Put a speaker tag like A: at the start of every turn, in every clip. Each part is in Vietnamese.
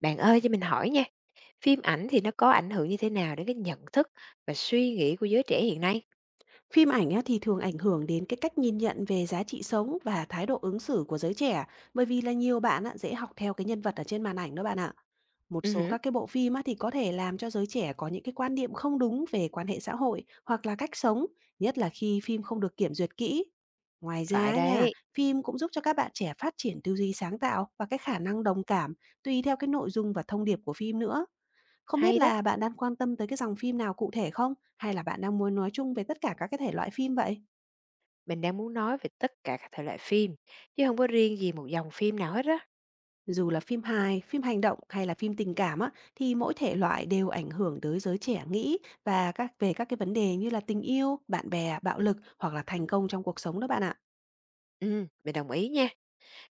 A: Bạn ơi cho mình hỏi nha, phim ảnh thì nó có ảnh hưởng như thế nào đến cái nhận thức và suy nghĩ của giới trẻ hiện nay?
B: Phim ảnh á, thì thường ảnh hưởng đến cái cách nhìn nhận về giá trị sống và thái độ ứng xử của giới trẻ, bởi vì là nhiều bạn á, dễ học theo cái nhân vật ở trên màn ảnh đó bạn ạ. Một
A: Ừ,
B: số
A: hử,
B: các cái bộ phim á, thì có thể làm cho giới trẻ có những cái quan điểm không đúng về quan hệ xã hội hoặc là cách sống, nhất là khi phim không được kiểm duyệt kỹ. Ngoài ra
A: phải
B: á nha,
A: đấy,
B: phim cũng giúp cho các bạn trẻ phát triển tư duy sáng tạo và cái khả năng đồng cảm tùy theo cái nội dung và thông điệp của phim nữa. Không biết
A: hay đó.
B: là bạn đang quan tâm tới cái dòng phim nào cụ thể không? Hay là bạn đang muốn nói chung về tất cả các cái thể loại phim vậy?
A: Mình đang muốn nói về tất cả các thể loại phim, chứ không có riêng gì một dòng phim nào hết á.
B: Dù là phim hài, phim hành động hay là phim tình cảm á, thì mỗi thể loại đều ảnh hưởng tới giới trẻ nghĩ và các cái vấn đề như là tình yêu, bạn bè, bạo lực hoặc là
A: Ừ,
B: thành công trong cuộc sống đó bạn ạ.
A: ừ, mình đồng ý nha.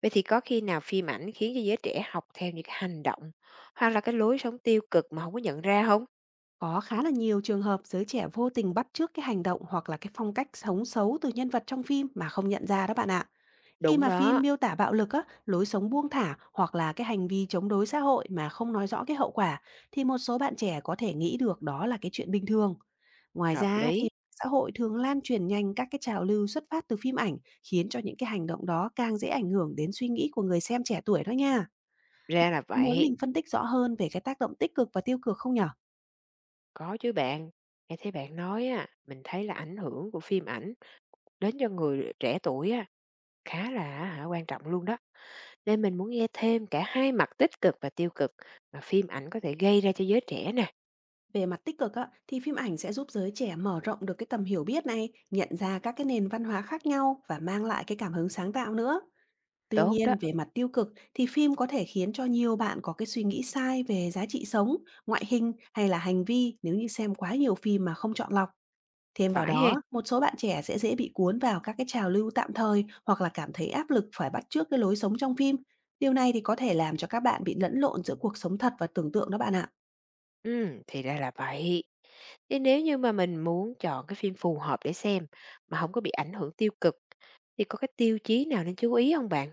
A: Vậy thì có khi nào phim ảnh khiến cho giới trẻ học theo những cái hành động hoặc là cái lối sống tiêu cực mà không có nhận ra không?
B: Có khá là nhiều trường hợp giới trẻ vô tình bắt chước cái hành động hoặc là cái phong cách sống xấu từ nhân vật trong phim mà không nhận ra đó bạn ạ. Khi
A: Đúng
B: mà phim
A: đó,
B: miêu tả bạo lực á, lối sống buông thả hoặc là cái hành vi chống đối xã hội mà không nói rõ cái hậu quả, thì một số bạn trẻ có thể nghĩ được đó là cái chuyện bình thường. Ngoài
A: hợp
B: ra thì
A: lý.
B: xã hội thường lan truyền nhanh các cái trào lưu xuất phát từ phim ảnh, khiến cho những cái hành động đó càng dễ ảnh hưởng đến suy nghĩ của người xem trẻ tuổi đó nha.
A: Ra là
B: Có muốn
A: vậy.
B: mình phân tích rõ hơn về cái tác động tích cực và tiêu cực không nhở?
A: Có chứ bạn. Nghe thấy bạn nói á, mình thấy là ảnh hưởng của phim ảnh đến cho người trẻ tuổi á khá là á hả, quan trọng luôn đó, nên mình muốn nghe thêm cả hai mặt tích cực và tiêu cực mà phim ảnh có thể gây ra cho giới trẻ nè.
B: Về mặt tích cực á, thì phim ảnh sẽ giúp giới trẻ mở rộng được cái tầm hiểu biết này, nhận ra các cái nền văn hóa khác nhau và mang lại cái cảm hứng sáng tạo nữa. Tuy
A: Tốt đó,
B: nhiên, về mặt tiêu cực thì phim có thể khiến cho nhiều bạn có cái suy nghĩ sai về giá trị sống, ngoại hình hay là hành vi nếu như xem quá nhiều phim mà không chọn lọc. Thêm vào
A: phải hén?
B: đó, một số bạn trẻ sẽ dễ bị cuốn vào các cái trào lưu tạm thời hoặc là cảm thấy áp lực phải bắt chước cái lối sống trong phim. Điều này thì có thể làm cho các bạn bị lẫn lộn giữa cuộc sống thật và tưởng tượng đó bạn ạ.
A: Ừ thì ra là vậy. Thế nếu như mà mình muốn chọn cái phim phù hợp để xem mà không có bị ảnh hưởng tiêu cực, thì có cái tiêu chí nào nên chú ý không bạn?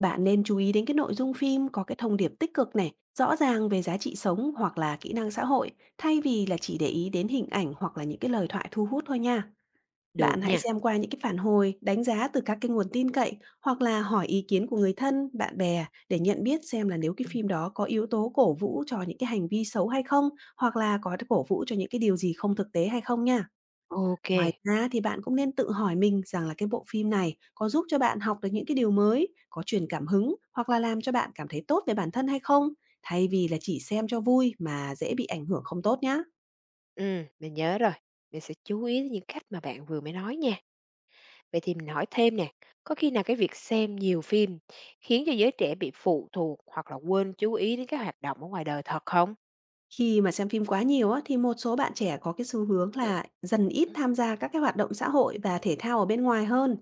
B: Bạn nên chú ý đến cái nội dung phim có cái thông điệp tích cực này, rõ ràng về giá trị sống hoặc là kỹ năng xã hội, thay vì là chỉ để ý đến hình ảnh hoặc là những cái lời thoại thu hút thôi nha. Bạn
A: Được
B: hãy
A: nha.
B: xem qua những cái phản hồi, đánh giá từ các cái nguồn tin cậy hoặc là hỏi ý kiến của người thân, bạn bè để nhận biết xem là nếu cái
A: Ừm,
B: phim đó có yếu tố cổ vũ cho những cái hành vi xấu hay không, hoặc là có cổ vũ cho những cái điều gì không thực tế hay không nha.
A: ô kê.
B: Ngoài ra thì bạn cũng nên tự hỏi mình rằng là cái bộ phim này có giúp cho bạn học được những cái điều mới, có truyền cảm hứng hoặc là làm cho bạn cảm thấy tốt về bản thân hay không, thay vì là chỉ xem cho vui mà dễ bị ảnh hưởng không tốt nhá.
A: Mình nhớ rồi, mình sẽ chú ý đến những cách mà bạn vừa mới nói nha. Vậy thì mình hỏi thêm nè, có khi nào cái việc xem nhiều phim khiến cho giới trẻ bị phụ thuộc hoặc là quên chú ý đến các hoạt động ở ngoài đời thật không?
B: Khi mà xem phim quá nhiều á, thì một số bạn trẻ có cái xu hướng
A: Ừ.
B: là dần ít
A: Ừ.
B: tham gia các cái hoạt động xã hội và thể thao ở bên ngoài hơn.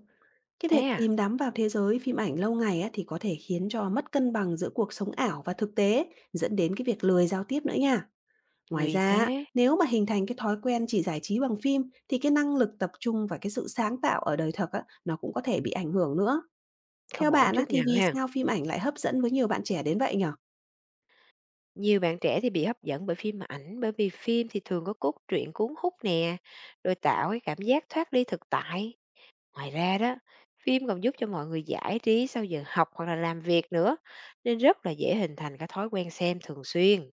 B: Cái việc
A: Thế à?
B: chìm đắm vào thế giới phim ảnh lâu ngày á, thì có thể khiến cho mất cân bằng giữa cuộc sống ảo và thực tế, dẫn đến cái việc lười giao tiếp nữa nha. Ngoài
A: Nguy
B: ra, á,
A: thế,
B: nếu mà hình thành cái thói quen chỉ giải trí bằng phim thì cái năng lực tập trung và cái sự sáng tạo ở đời thực á, nó cũng có thể bị ảnh hưởng nữa. Theo
A: không ổn
B: bạn
A: chút
B: á, thì
A: nào
B: vì
A: ha.
B: sao phim ảnh lại hấp dẫn với nhiều bạn trẻ đến vậy nhở?
A: Nhiều bạn trẻ thì bị hấp dẫn bởi phim ảnh bởi vì phim thì thường có cốt truyện cuốn hút nè, rồi tạo cái cảm giác thoát ly thực tại. Ngoài ra đó, phim còn giúp cho mọi người giải trí sau giờ học hoặc là làm việc nữa, nên rất là dễ hình thành cái thói quen xem thường xuyên.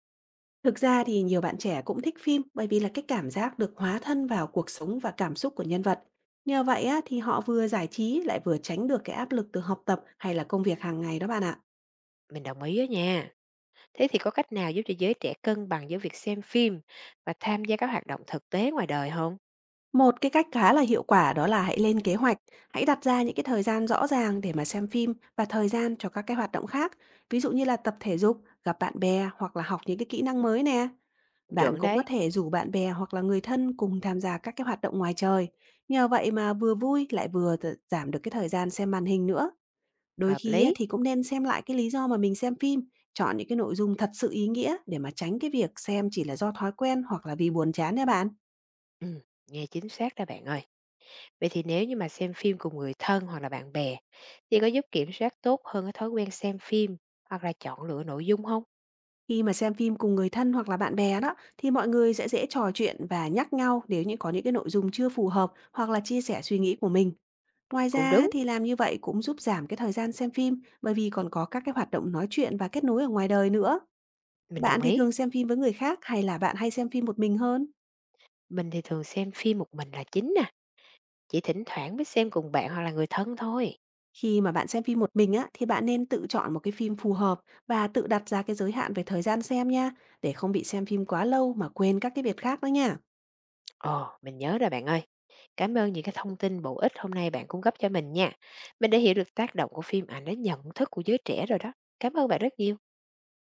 B: Thực ra thì nhiều bạn trẻ cũng thích phim bởi vì là cái cảm giác được hóa thân vào cuộc sống và cảm xúc của nhân vật. Nhờ vậy á, thì họ vừa giải trí lại vừa tránh được cái áp lực từ học tập hay là công việc hàng ngày đó bạn ạ.
A: Mình đồng ý đó nha. Thế thì có cách nào giúp cho giới trẻ cân bằng giữa việc xem phim và tham gia các hoạt động thực tế ngoài đời không?
B: Một cái cách khá là hiệu quả đó là hãy lên kế hoạch, hãy đặt ra những cái thời gian rõ ràng để mà xem phim và thời gian cho các cái hoạt động khác, ví dụ như là tập thể dục, gặp bạn bè hoặc là học những cái kỹ năng mới nè. Bạn
A: Chuẩn
B: cũng có
A: đấy,
B: thể rủ bạn bè hoặc là người thân cùng tham gia các cái hoạt động ngoài trời. Nhờ vậy mà vừa vui lại vừa giảm được cái thời gian xem màn hình nữa. Đôi
A: hợp
B: khi á,
A: lý.
B: thì cũng nên xem lại cái lý do mà mình xem phim, chọn những cái nội dung thật sự ý nghĩa để mà tránh cái việc xem chỉ là do thói quen hoặc là vì buồn chán nha bạn.
A: Ừm, nghe chính xác đó bạn ơi. Vậy thì nếu như mà xem phim cùng người thân hoặc là bạn bè thì có giúp kiểm soát tốt hơn cái thói quen xem phim hoặc là chọn lựa nội dung không?
B: Khi mà xem phim cùng người thân hoặc là bạn bè đó thì mọi người sẽ dễ trò chuyện và nhắc nhau nếu như có những cái nội dung chưa phù hợp hoặc là chia sẻ suy nghĩ của mình. Ngoài
A: Cũng
B: ra
A: đúng,
B: thì làm như vậy cũng giúp giảm cái thời gian xem phim bởi vì còn có các cái hoạt động nói chuyện và kết nối ở ngoài đời nữa.
A: mình đồng
B: Bạn thì
A: ý.
B: thường xem phim với người khác hay là bạn hay xem phim một mình hơn?
A: Mình thì thường xem phim một mình là chính nè, chỉ thỉnh thoảng mới xem cùng bạn hoặc là người thân thôi.
B: Khi mà bạn xem phim một mình á thì bạn nên tự chọn một cái phim phù hợp và tự đặt ra cái giới hạn về thời gian xem nha, để không bị xem phim quá lâu mà quên các cái việc khác đó nha.
A: Ồ, mình nhớ rồi bạn ơi. Cảm ơn những cái thông tin bổ ích hôm nay bạn cung cấp cho mình nha. Mình đã hiểu được tác động của phim ảnh đến nhận thức của giới trẻ rồi đó. Cảm ơn bạn rất nhiều.